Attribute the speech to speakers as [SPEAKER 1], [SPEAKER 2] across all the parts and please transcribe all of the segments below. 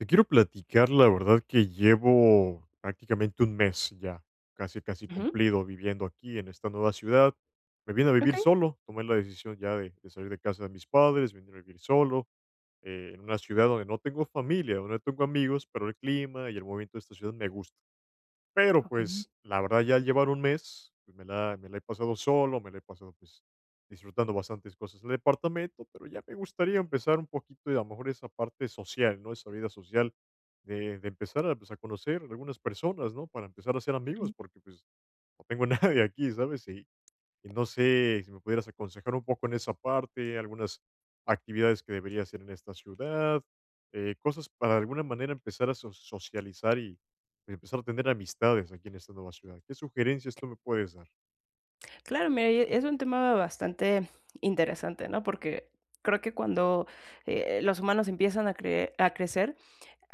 [SPEAKER 1] Te quiero platicar, la verdad que llevo prácticamente un mes ya, casi, casi
[SPEAKER 2] Ujú,
[SPEAKER 1] cumplido viviendo aquí en esta nueva ciudad. Me vine a vivir
[SPEAKER 2] okey,
[SPEAKER 1] solo, tomé la decisión ya de salir de casa de mis padres, venir a vivir solo, en una ciudad donde no tengo familia, donde no tengo amigos, pero el clima y el movimiento de esta ciudad me gusta. Pero,
[SPEAKER 2] okey.
[SPEAKER 1] pues, la verdad, ya al llevar un mes, pues, me la he pasado solo, me la he pasado, pues, disfrutando bastantes cosas en el departamento, pero ya me gustaría empezar un poquito, y a lo mejor esa parte social, ¿no? Esa vida social de empezar a, pues, a conocer algunas personas, ¿no? Para empezar a ser amigos, porque, pues, no tengo nadie aquí, ¿sabes? Y no sé si me pudieras aconsejar un poco en esa parte, algunas actividades que debería hacer en esta ciudad, cosas para de alguna manera empezar a socializar y pues, empezar a tener amistades aquí en esta nueva ciudad. ¿Qué sugerencias tú me puedes dar?
[SPEAKER 2] Claro, mira, y es un tema bastante interesante, ¿no? Porque creo que cuando, los humanos empiezan a crecer,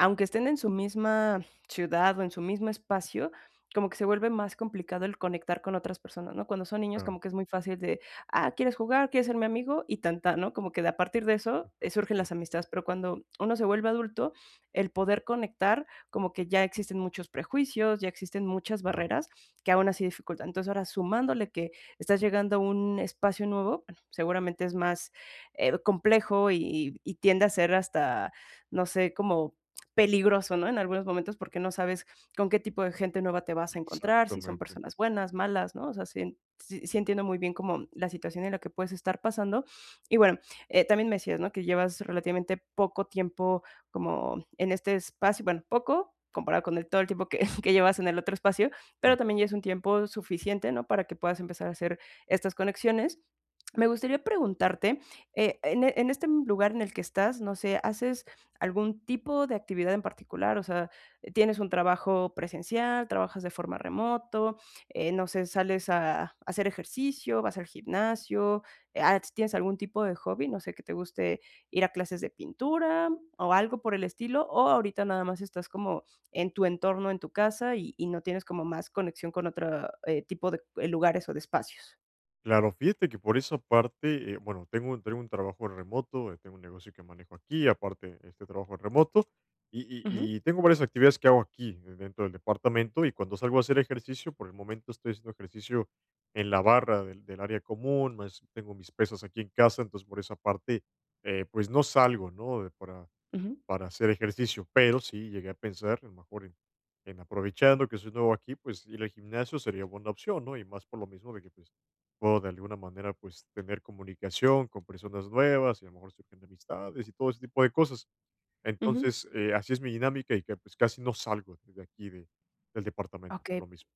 [SPEAKER 2] aunque estén en su misma ciudad o en su mismo espacio, como que se vuelve más complicado el conectar con otras personas, ¿no? Cuando son niños,
[SPEAKER 1] Claro.
[SPEAKER 2] como que es muy fácil de, ah, ¿quieres jugar? ¿Quieres ser mi amigo? Y tanta, ¿no? Como que de a partir de eso
[SPEAKER 1] Es
[SPEAKER 2] surgen las
[SPEAKER 1] cierto.
[SPEAKER 2] amistades, pero cuando uno se vuelve adulto, el poder conectar, como que ya existen muchos prejuicios, ya existen muchas
[SPEAKER 1] Claro.
[SPEAKER 2] barreras que aún así dificultan. Entonces ahora sumándole que estás llegando a un espacio nuevo, bueno, seguramente es más complejo y, tiende a ser hasta, no sé, como peligroso, ¿no? En algunos momentos porque no sabes con qué tipo de gente nueva te vas a encontrar, si son
[SPEAKER 1] Exactamente.
[SPEAKER 2] personas buenas, malas, ¿no? O sea, sí entiendo muy bien como la situación en la que puedes estar pasando. Y bueno, también me decías, ¿no? Que llevas relativamente poco tiempo como en este espacio, bueno, poco comparado con el, todo el tiempo que, que llevas en el otro espacio, pero
[SPEAKER 1] Claro.
[SPEAKER 2] también ya es un tiempo suficiente, ¿no? Para que puedas empezar a hacer estas conexiones. Me gustaría preguntarte, en este lugar en el que estás, no sé, ¿haces algún tipo de actividad en particular? O sea, ¿tienes un trabajo presencial, trabajas de forma remoto, no sé, sales a hacer ejercicio, vas al gimnasio, si ¿tienes algún tipo de hobby? No sé, que te guste ir a clases de pintura o algo por el estilo, o ahorita nada más estás como en tu entorno, en tu casa y, no tienes como más conexión con otro tipo de lugares o de espacios.
[SPEAKER 1] Claro, fíjate que por esa parte, bueno, tengo un, trabajo en remoto, tengo un negocio que manejo aquí, aparte este trabajo en remoto, y, y-
[SPEAKER 2] Ujú,
[SPEAKER 1] y tengo varias actividades que hago aquí dentro del departamento, y cuando salgo a hacer ejercicio, por el momento estoy haciendo ejercicio en la barra del, del área común, más tengo mis pesas aquí en casa, entonces por esa parte, pues no salgo, ¿no? Para,
[SPEAKER 2] ujú,
[SPEAKER 1] para hacer ejercicio, pero sí llegué a pensar, a lo mejor en aprovechando que soy nuevo aquí, pues ir al gimnasio sería buena opción, ¿no? Y más por lo mismo de que pues puedo de alguna manera, pues, tener comunicación con personas nuevas y a lo mejor surgen amistades y todo ese tipo de cosas.
[SPEAKER 2] ujú.
[SPEAKER 1] Entonces, así es mi dinámica y que, pues, casi no salgo de aquí de del departamento
[SPEAKER 2] Ok,
[SPEAKER 1] por lo mismo,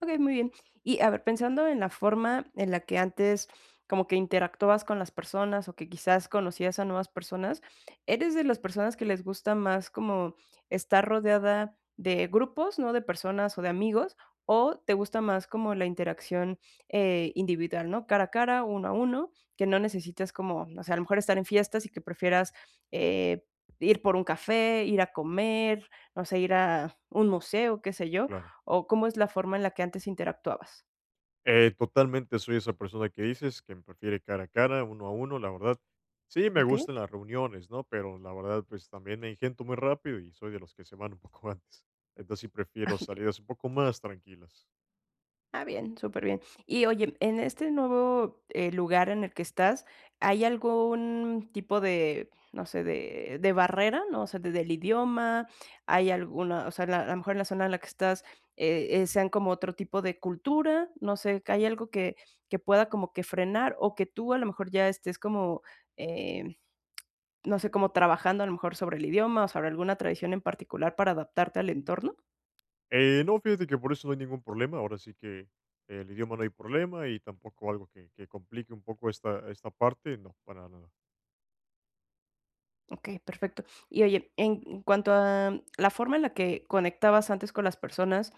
[SPEAKER 2] okey, muy bien. Y, a ver, pensando en la forma en la que antes como que interactuabas con las personas o que quizás conocías a nuevas personas, ¿eres de las personas que les gusta más como estar rodeada de grupos, no?, de personas o de amigos, o te gusta más como la interacción, individual, ¿no?, cara a cara, uno a uno, que no necesitas como, o sea, a lo mejor estar en fiestas y que prefieras, eh, ir por un café, ir a comer, no sé, ir a un museo, qué sé yo,
[SPEAKER 1] claro.
[SPEAKER 2] ¿o cómo es la forma en la que antes interactuabas?
[SPEAKER 1] Totalmente soy esa persona que dices, que me prefiere cara a cara, uno a uno, la verdad. Sí, me
[SPEAKER 2] Okey,
[SPEAKER 1] gustan las reuniones, ¿no? Pero la verdad, pues, también me engento muy rápido y soy de los que se van un poco antes. Entonces, sí
[SPEAKER 2] ah,
[SPEAKER 1] prefiero
[SPEAKER 2] okey.
[SPEAKER 1] salidas un poco más tranquilas.
[SPEAKER 2] Ah, bien, superbién. Y oye, en este nuevo, lugar en el que estás, ¿hay algún tipo de, no sé, de barrera, no? O sea, de del idioma, ¿hay alguna? O sea, la a lo mejor en la zona en la que estás, sean como otro tipo de cultura. No sé, ¿hay algo que pueda como que frenar o que tú a lo mejor ya estés como, eh, no sé, como trabajando a lo mejor sobre el idioma o sobre alguna tradición en particular para adaptarte al entorno?
[SPEAKER 1] No, fíjate que por eso no hay ningún problema. Ahora sí que el idioma no hay problema y tampoco algo que complique un poco esta parte, no, para nada.
[SPEAKER 2] Okey, perfecto. Y oye, en cuanto a la forma en la que conectabas antes con las personas,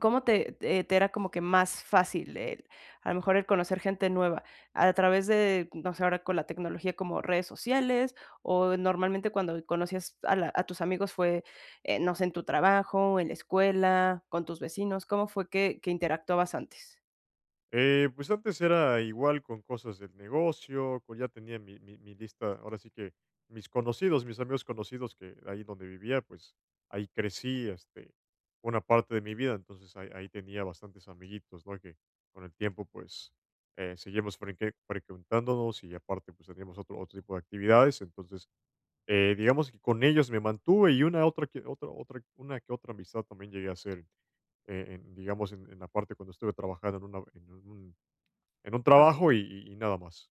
[SPEAKER 2] ¿cómo te era como que más fácil el, a lo mejor, el conocer gente nueva? ¿A través de, no sé, ahora con la tecnología como redes sociales, o normalmente cuando conocías a la a tus amigos fue, no sé, en tu trabajo, en la escuela, con tus vecinos? ¿Cómo fue que interactuabas antes?
[SPEAKER 1] Pues antes era igual con cosas del negocio, ya tenía mi lista, ahora sí que mis conocidos, mis amigos conocidos que ahí donde vivía, pues ahí crecí una parte de mi vida, entonces ahí tenía bastantes amiguitos, ¿no? Que con el tiempo pues seguimos frecuentándonos y aparte pues teníamos otro tipo de actividades, entonces digamos que con ellos me mantuve y una otra que otra otra una que otra amistad también llegué a hacer, digamos, en la parte cuando estuve trabajando en un
[SPEAKER 2] Okey.
[SPEAKER 1] trabajo y nada más.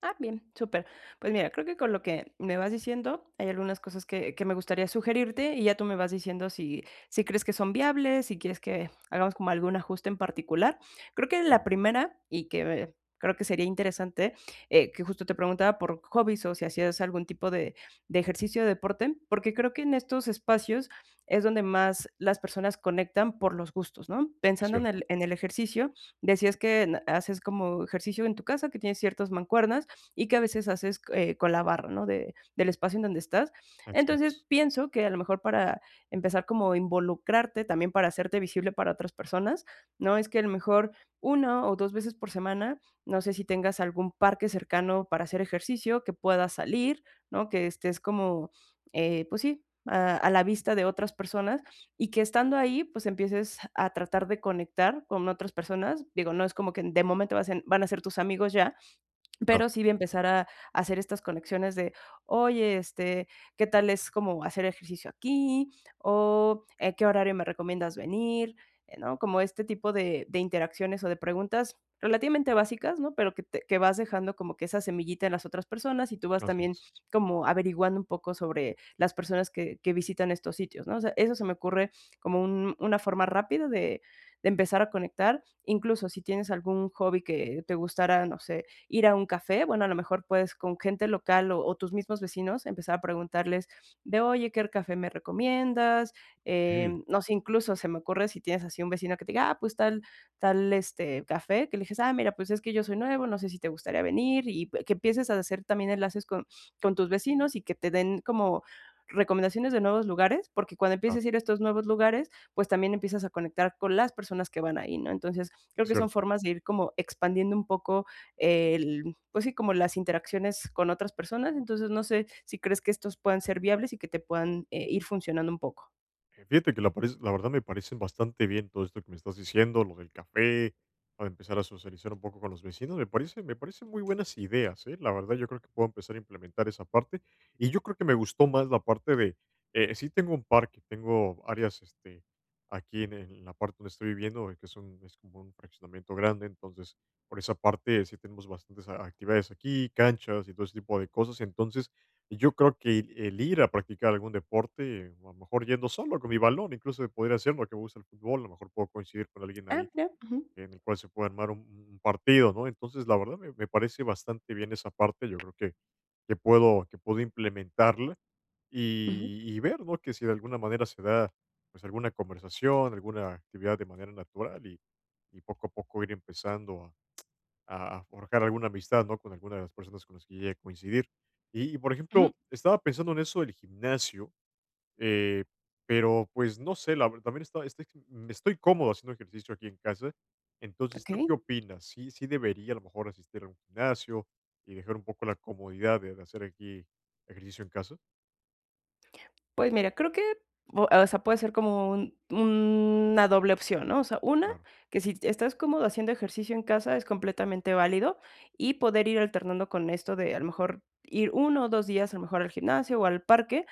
[SPEAKER 2] Ah, bien, súper. Pues mira, creo que con lo que me vas diciendo, hay algunas cosas que me gustaría sugerirte y ya tú me vas diciendo si, si crees que son viables, si quieres que hagamos como algún ajuste en particular. Creo que la
[SPEAKER 1] Claro,
[SPEAKER 2] primera, y que creo que sería interesante, que justo te preguntaba por hobbies o si hacías algún tipo de ejercicio o deporte, porque creo que en estos espacios es donde más las personas conectan por los gustos, ¿no?
[SPEAKER 1] es
[SPEAKER 2] Pensando
[SPEAKER 1] cierto.
[SPEAKER 2] en el ejercicio, decías que haces como ejercicio en tu casa, que tienes ciertas mancuernas y que a veces haces con la barra, ¿no? De, del espacio en donde estás.
[SPEAKER 1] Así
[SPEAKER 2] Entonces
[SPEAKER 1] es.
[SPEAKER 2] pienso que a lo mejor para empezar como involucrarte, también para hacerte visible para otras personas, ¿no? Es que a lo mejor una o dos veces por semana, no sé si tengas algún parque cercano para hacer ejercicio, que puedas salir, ¿no? Que estés como, pues sí, a la vista de otras personas y que estando ahí, pues empieces a tratar de conectar con otras personas. Digo, no es como que de momento van a ser tus amigos ya,
[SPEAKER 1] Claro,
[SPEAKER 2] pero sí voy a empezar a hacer estas conexiones de, oye, este, ¿qué tal es como hacer ejercicio aquí? O, ¿en qué horario me recomiendas venir? ¿No? Como este tipo de interacciones o de preguntas relativamente básicas, ¿no? Pero que te que vas dejando como que esa semillita en las otras personas, y tú vas
[SPEAKER 1] así
[SPEAKER 2] también
[SPEAKER 1] es.
[SPEAKER 2] como averiguando un poco sobre las personas que visitan estos sitios, ¿no? O sea, eso se me ocurre como un una forma rápida de empezar a conectar. Incluso si tienes algún hobby que te gustara, no sé, ir a un café, bueno, a lo mejor puedes con gente local o tus mismos vecinos empezar a preguntarles de, oye, ¿qué café me recomiendas?
[SPEAKER 1] Sí,
[SPEAKER 2] No sé, incluso se me ocurre si tienes así un vecino que te diga, ah, pues tal, tal este café, que le dijes, ah, mira, pues es que yo soy nuevo, no sé si te gustaría venir y que empieces a hacer también enlaces con tus vecinos y que te den como recomendaciones de nuevos lugares, porque cuando empieces
[SPEAKER 1] claro,
[SPEAKER 2] a ir a estos nuevos lugares, pues también empiezas a conectar con las personas que van ahí, ¿no? Entonces, creo
[SPEAKER 1] es
[SPEAKER 2] que son
[SPEAKER 1] cierto.
[SPEAKER 2] formas de ir como expandiendo un poco el, pues sí, como las interacciones con otras personas. Entonces, no sé si crees que estos puedan ser viables y que te puedan ir funcionando un poco.
[SPEAKER 1] Fíjate que la verdad me parecen bastante bien todo esto que me estás diciendo, lo del café, a empezar a socializar un poco con los vecinos, me parece me parecen muy buenas ideas, ¿eh? La verdad, yo creo que puedo empezar a implementar esa parte, y yo creo que me gustó más la parte de, sí tengo un parque, tengo áreas, aquí en la parte donde estoy viviendo, que es como un fraccionamiento grande, entonces, por esa parte sí tenemos bastantes a actividades aquí, canchas y todo ese tipo de cosas, entonces yo creo que el ir a practicar algún deporte, o a lo mejor yendo solo con mi balón, incluso podría ser lo que me gusta el fútbol, a lo mejor puedo coincidir con alguien
[SPEAKER 2] Ah,
[SPEAKER 1] ahí
[SPEAKER 2] mira. Ujú,
[SPEAKER 1] en el cual se puede armar un partido, ¿no? Entonces, la verdad me me parece bastante bien esa parte, yo creo que puedo implementarla
[SPEAKER 2] ujú.
[SPEAKER 1] y ver, ¿no? Que si de alguna manera se da, pues, alguna conversación, alguna actividad de manera natural y poco a poco ir empezando a forjar alguna amistad, ¿no? Con alguna de las personas con las que llegue a coincidir. Y, por
[SPEAKER 2] Ujú,
[SPEAKER 1] ejemplo, estaba pensando en eso del gimnasio, eh, pero, pues, no sé, la ver también está estoy cómodo haciendo ejercicio aquí en casa. Entonces,
[SPEAKER 2] ok.
[SPEAKER 1] ¿tú qué opinas? ¿Sí sí debería, a lo mejor, asistir a un gimnasio y dejar un poco la comodidad de hacer aquí ejercicio en casa?
[SPEAKER 2] Pues mira, creo que, o sea, puede ser como un una doble opción, ¿no? O sea, una,
[SPEAKER 1] Claro,
[SPEAKER 2] que si estás cómodo haciendo ejercicio en casa es completamente válido y poder ir alternando con esto de a lo mejor ir uno o 2 días a lo mejor al gimnasio o al parque,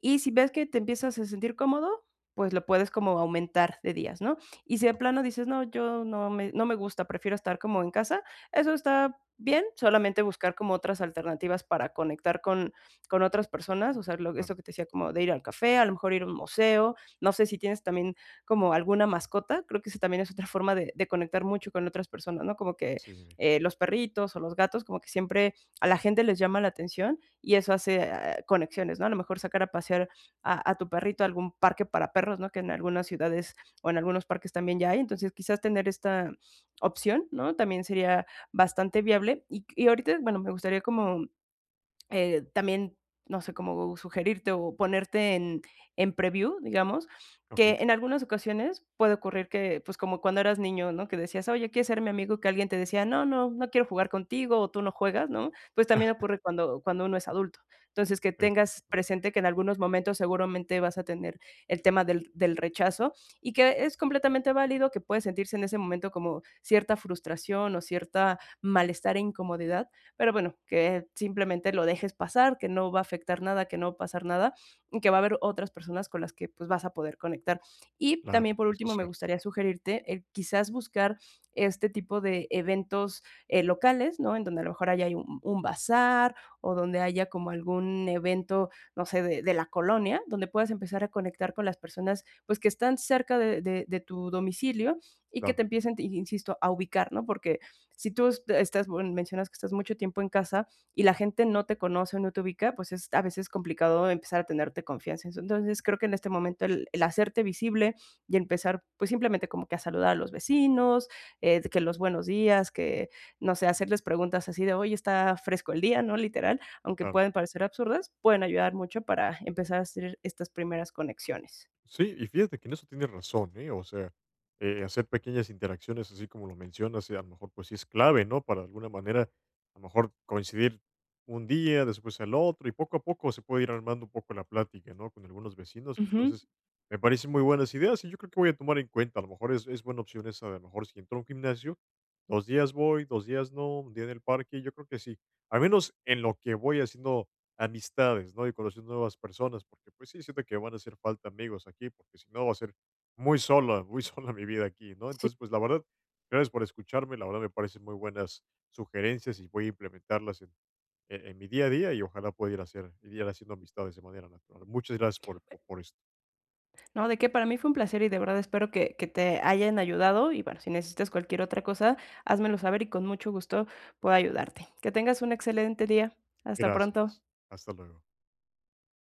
[SPEAKER 2] y si ves que te empiezas a sentir cómodo, pues lo puedes como aumentar de días, ¿no? Y si de
[SPEAKER 1] okey,
[SPEAKER 2] plano dices: "No, yo no me gusta, prefiero estar como en casa", eso está bien, solamente buscar como otras alternativas para conectar con otras personas, o sea, lo,
[SPEAKER 1] claro.
[SPEAKER 2] eso que te decía como de ir al café, a lo mejor ir a un museo, no sé si tienes también como alguna mascota, creo que esa también es otra forma de conectar mucho con otras personas, ¿no? Como que
[SPEAKER 1] Sí,
[SPEAKER 2] los perritos o los gatos, como que siempre a la gente les llama la atención y eso hace conexiones, ¿no? A lo mejor sacar a pasear a tu perrito a algún parque para perros, ¿no? Que en algunas ciudades o en algunos parques también ya hay, entonces quizás tener esta opción, ¿no? También sería bastante viable y ahorita, bueno, me gustaría como también, no sé, cómo sugerirte o ponerte en preview, digamos,
[SPEAKER 1] okey.
[SPEAKER 2] que en algunas ocasiones puede ocurrir que, pues, como cuando eras niño, ¿no? Que decías: "Oye, ¿quieres ser mi amigo?", y que alguien te decía: "No, no, no quiero jugar contigo", o tú no juegas, ¿no? Pues también ocurre cuando cuando uno es adulto. Entonces, que
[SPEAKER 1] Es
[SPEAKER 2] tengas
[SPEAKER 1] cierto.
[SPEAKER 2] presente que en algunos momentos seguramente vas a tener el tema del rechazo y que es completamente válido, que puedes sentirse en ese momento como cierta frustración o cierta malestar e incomodidad, pero bueno, que simplemente lo dejes pasar, que no va a afectar nada, que no va a pasar nada y que va a haber otras personas con las que pues vas a poder conectar. Y
[SPEAKER 1] Claro,
[SPEAKER 2] también por
[SPEAKER 1] eso es
[SPEAKER 2] último me
[SPEAKER 1] cierto.
[SPEAKER 2] gustaría sugerirte el quizás buscar este tipo de eventos locales, ¿no? En donde a lo mejor haya un bazar o donde haya como algún evento, no sé, de, la colonia, donde puedas empezar a conectar con las personas pues que están cerca de, de tu domicilio y que
[SPEAKER 1] Claro,
[SPEAKER 2] te empiecen, insisto, a ubicar, ¿no? Porque si tú estás, bueno, mencionas que estás mucho tiempo en casa y la gente no te conoce o no te ubica, pues es a veces complicado empezar a tenerte confianza. Entonces, creo que en este momento el hacerte visible y empezar, pues simplemente como que a saludar a los vecinos, que los buenos días, que, no sé, hacerles preguntas así de, hoy está fresco el día, ¿no? Literal, aunque
[SPEAKER 1] claro.
[SPEAKER 2] pueden parecer absurdas, pueden ayudar mucho para empezar a hacer estas primeras conexiones.
[SPEAKER 1] Sí, y fíjate que en eso tienes razón, ¿eh? O sea, hacer pequeñas interacciones, así como lo mencionas, a lo mejor pues sí es clave, ¿no? Para de alguna manera, a lo mejor coincidir un día, después al otro, y poco a poco se puede ir armando un poco la plática, ¿no? Con algunos vecinos.
[SPEAKER 2] Ujú.
[SPEAKER 1] Entonces, me parecen muy buenas ideas y yo creo que voy a tomar en cuenta. A lo mejor es buena opción esa, de a lo mejor si entro a un gimnasio, dos días voy, dos días no, un día en el parque, yo creo que sí. Al menos en lo que voy haciendo amistades, ¿no? Y conocer nuevas personas, porque pues sí, siento que van a hacer falta amigos aquí, porque si no va a ser muy sola, muy sola mi vida aquí, ¿no? Entonces, pues la verdad, gracias por escucharme, la verdad me parecen muy buenas sugerencias y voy a implementarlas en, en mi día a día y ojalá pueda ir, ir haciendo amistades de manera natural. Muchas gracias por esto.
[SPEAKER 2] No, de que para mí fue un placer y de verdad espero que te hayan ayudado y bueno, si necesitas cualquier otra cosa, házmelo saber y con mucho gusto puedo ayudarte. Que tengas un excelente día. Hasta pronto.
[SPEAKER 1] Gracias. Hasta luego.